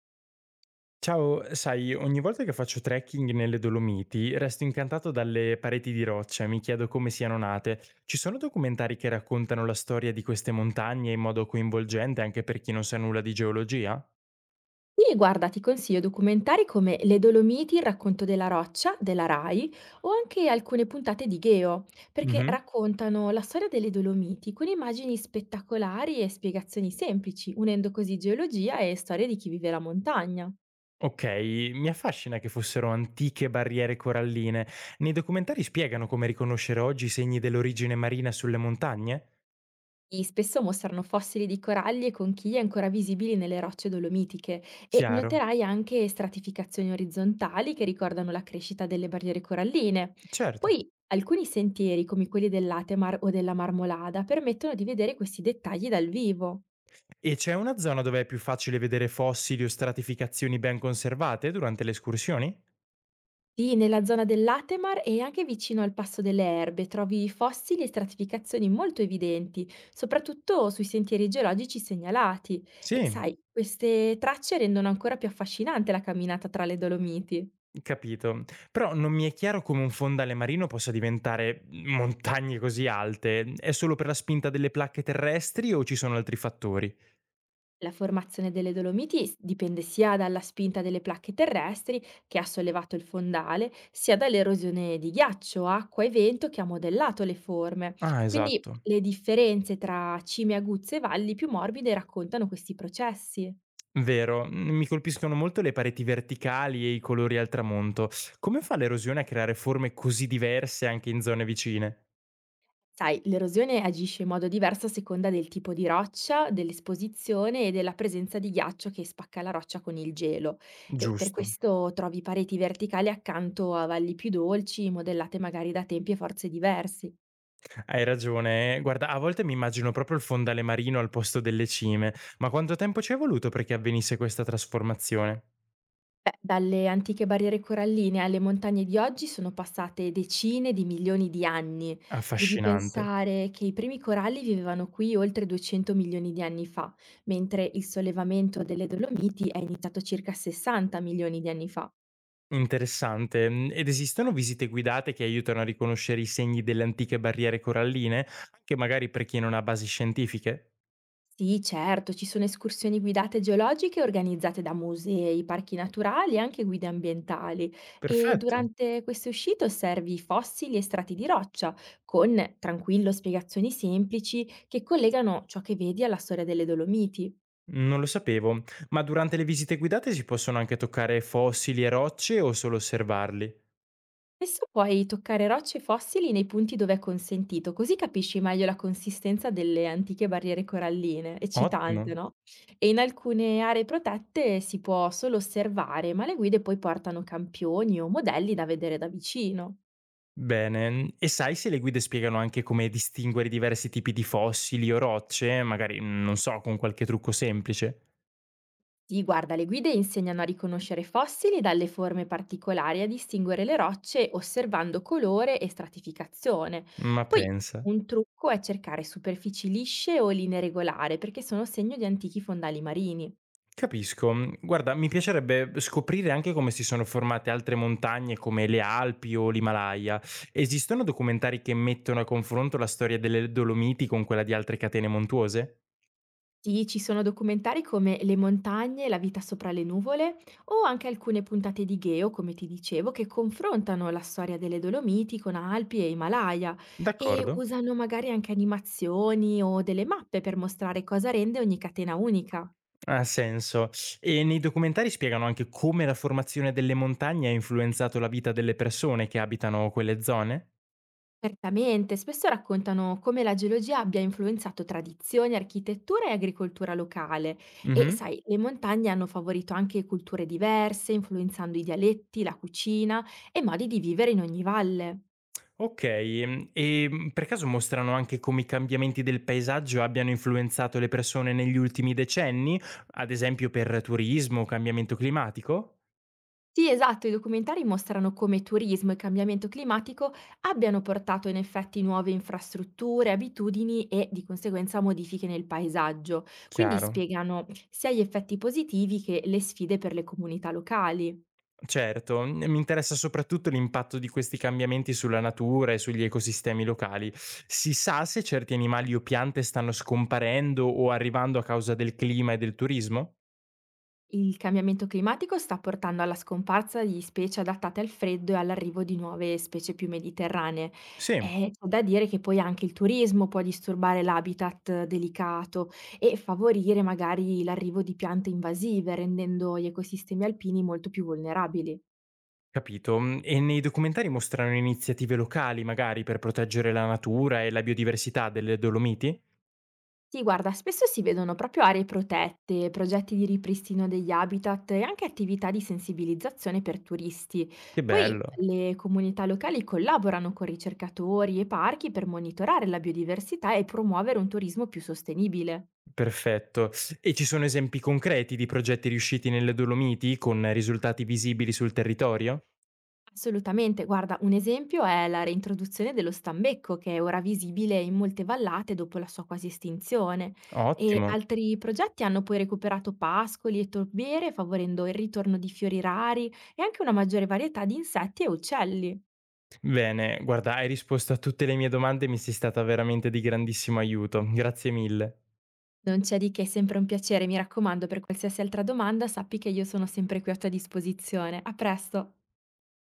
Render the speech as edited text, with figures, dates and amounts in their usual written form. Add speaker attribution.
Speaker 1: Ciao, sai, ogni volta che faccio trekking nelle Dolomiti resto incantato dalle pareti di roccia e mi chiedo come siano nate. Ci sono documentari che raccontano la storia di queste montagne in modo coinvolgente anche per chi non sa nulla di geologia?
Speaker 2: Sì, guarda, ti consiglio documentari come Le Dolomiti, il racconto della roccia, della Rai, o anche alcune puntate di Geo, perché
Speaker 1: Mhm.
Speaker 2: raccontano la storia delle Dolomiti con immagini spettacolari e spiegazioni semplici, unendo così geologia e storia di chi vive la montagna.
Speaker 1: Ok, mi affascina che fossero antiche barriere coralline. Nei documentari spiegano come riconoscere oggi i segni dell'origine marina sulle montagne?
Speaker 2: I spesso mostrano fossili di coralli e conchiglie ancora visibili nelle rocce dolomitiche e
Speaker 1: Chiaro,
Speaker 2: noterai anche stratificazioni orizzontali che ricordano la crescita delle barriere coralline.
Speaker 1: certo.
Speaker 2: Poi alcuni sentieri, come quelli dell'Atemar o della Marmolada, permettono di vedere questi dettagli dal vivo.
Speaker 1: E c'è una zona dove è più facile vedere fossili o stratificazioni ben conservate durante le escursioni?
Speaker 2: Sì, nella zona dell'Atemar e anche vicino al Passo delle Erbe trovi fossili e stratificazioni molto evidenti, soprattutto sui sentieri geologici segnalati. E
Speaker 1: Sì,
Speaker 2: sai, queste tracce rendono ancora più affascinante la camminata tra le Dolomiti.
Speaker 1: capito. Però non mi è chiaro come un fondale marino possa diventare montagne così alte. È solo per la spinta delle placche terrestri o ci sono altri fattori?
Speaker 2: La formazione delle Dolomiti dipende sia dalla spinta delle placche terrestri che ha sollevato il fondale, sia dall'erosione di ghiaccio, acqua e vento che ha modellato le forme.
Speaker 1: Ah,
Speaker 2: Quindi
Speaker 1: esatto.
Speaker 2: le differenze tra cime aguzze e valli più morbide raccontano questi processi.
Speaker 1: Vero, mi colpiscono molto le pareti verticali e i colori al tramonto. Come fa l'erosione a creare forme così diverse anche in zone vicine?
Speaker 2: Sai, l'erosione agisce in modo diverso a seconda del tipo di roccia, dell'esposizione e della presenza di ghiaccio che spacca la roccia con il gelo. E per
Speaker 1: Giusto.
Speaker 2: questo trovi pareti verticali accanto a valli più dolci, modellate magari da tempi e forze diversi.
Speaker 1: Hai ragione. Guarda, a volte mi immagino proprio il fondale marino al posto delle cime, ma quanto tempo ci è voluto perché avvenisse questa trasformazione?
Speaker 2: Beh, dalle antiche barriere coralline alle montagne di oggi sono passate decine di milioni di anni. Devi
Speaker 1: Affascinante.
Speaker 2: pensare che i primi coralli vivevano qui oltre 200 milioni di anni fa, mentre il sollevamento delle Dolomiti è iniziato circa 60 milioni di anni fa.
Speaker 1: Interessante. Mhmm, ed esistono visite guidate che aiutano a riconoscere i segni delle antiche barriere coralline, anche magari per chi non ha basi scientifiche?
Speaker 2: Sì, certo, ci sono escursioni guidate geologiche organizzate da musei, parchi naturali e anche guide ambientali e
Speaker 1: Perfetto,
Speaker 2: durante queste uscite osservi fossili e strati di roccia con, tranquillo, spiegazioni semplici che collegano ciò che vedi alla storia delle Dolomiti.
Speaker 1: non lo sapevo. Ma durante le visite guidate si possono anche toccare fossili e rocce o solo osservarli?
Speaker 2: Spesso puoi toccare rocce fossili nei punti dove è consentito, così capisci meglio la consistenza delle antiche barriere coralline,
Speaker 1: Ottimo.
Speaker 2: eccitante, no? E in alcune aree protette si può solo osservare, ma le guide poi portano campioni o modelli da vedere da vicino.
Speaker 1: Bene. E sai se le guide spiegano anche come distinguere diversi tipi di fossili o rocce, magari, non so, con qualche trucco semplice?
Speaker 2: Sì, guarda, le guide insegnano a riconoscere fossili dalle forme particolari e a distinguere le rocce osservando colore e stratificazione.
Speaker 1: Ma
Speaker 2: Poi
Speaker 1: pensa.
Speaker 2: un trucco è cercare superfici lisce o linee regolari perché sono segno di antichi fondali marini.
Speaker 1: Capisco. Mhmm, guarda, mi piacerebbe scoprire anche come si sono formate altre montagne come le Alpi o l'Himalaya. Esistono documentari che mettono a confronto la storia delle Dolomiti con quella di altre catene montuose?
Speaker 2: Sì, ci sono documentari come Le montagne, La vita sopra le nuvole o anche alcune puntate di Geo, come ti dicevo, che confrontano la storia delle Dolomiti con Alpi e Himalaya e
Speaker 1: D'accordo,
Speaker 2: usano magari anche animazioni o delle mappe per mostrare cosa rende ogni catena unica.
Speaker 1: ha senso. E nei documentari spiegano anche come la formazione delle montagne ha influenzato la vita delle persone che abitano quelle zone?
Speaker 2: Certamente, spesso raccontano come la geologia abbia influenzato tradizioni, architettura e agricoltura locale e,
Speaker 1: Mh-mh.
Speaker 2: sai, le montagne hanno favorito anche culture diverse, influenzando i dialetti, la cucina e modi di vivere in ogni valle.
Speaker 1: Okay, mhmm, e, mhmm, per caso mostrano anche come i cambiamenti del paesaggio abbiano influenzato le persone negli ultimi decenni? Ad esempio per turismo o cambiamento climatico?
Speaker 2: Sì, esatto, i documentari mostrano come turismo e cambiamento climatico abbiano portato in effetti nuove infrastrutture, abitudini e di conseguenza modifiche nel paesaggio, quindi
Speaker 1: Chiaro.
Speaker 2: spiegano sia gli effetti positivi che le sfide per le comunità locali.
Speaker 1: Certo, mhmm, mi interessa soprattutto l'impatto di questi cambiamenti sulla natura e sugli ecosistemi locali. Si sa se certi animali o piante stanno scomparendo o arrivando a causa del clima e del turismo?
Speaker 2: Il cambiamento climatico sta portando alla scomparsa di specie adattate al freddo e all'arrivo di nuove specie più mediterranee.
Speaker 1: Sì.
Speaker 2: E c'è da dire che poi anche il turismo può disturbare l'habitat delicato e favorire magari l'arrivo di piante invasive, rendendo gli ecosistemi alpini molto più vulnerabili.
Speaker 1: Capito. Mhmm, e nei documentari mostrano iniziative locali, magari, per proteggere la natura e la biodiversità delle Dolomiti?
Speaker 2: Sì, guarda, spesso si vedono proprio aree protette, progetti di ripristino degli habitat e anche attività di sensibilizzazione per turisti.
Speaker 1: Che
Speaker 2: Poi
Speaker 1: bello,
Speaker 2: le comunità locali collaborano con ricercatori e parchi per monitorare la biodiversità e promuovere un turismo più sostenibile.
Speaker 1: perfetto. E ci sono esempi concreti di progetti riusciti nelle Dolomiti, con risultati visibili sul territorio?
Speaker 2: Assolutamente, guarda, un esempio è la reintroduzione dello stambecco che è ora visibile in molte vallate dopo la sua quasi estinzione e
Speaker 1: Ottimo.
Speaker 2: altri progetti hanno poi recuperato pascoli e torbiere favorendo il ritorno di fiori rari e anche una maggiore varietà di insetti e uccelli.
Speaker 1: Bene, guarda, hai risposto a tutte le mie domande e mi sei stata veramente di grandissimo aiuto. Grazie mille.
Speaker 2: Non c'è di che, è sempre un piacere, mi raccomando, per qualsiasi altra domanda sappi che io sono sempre qui a tua disposizione. A presto!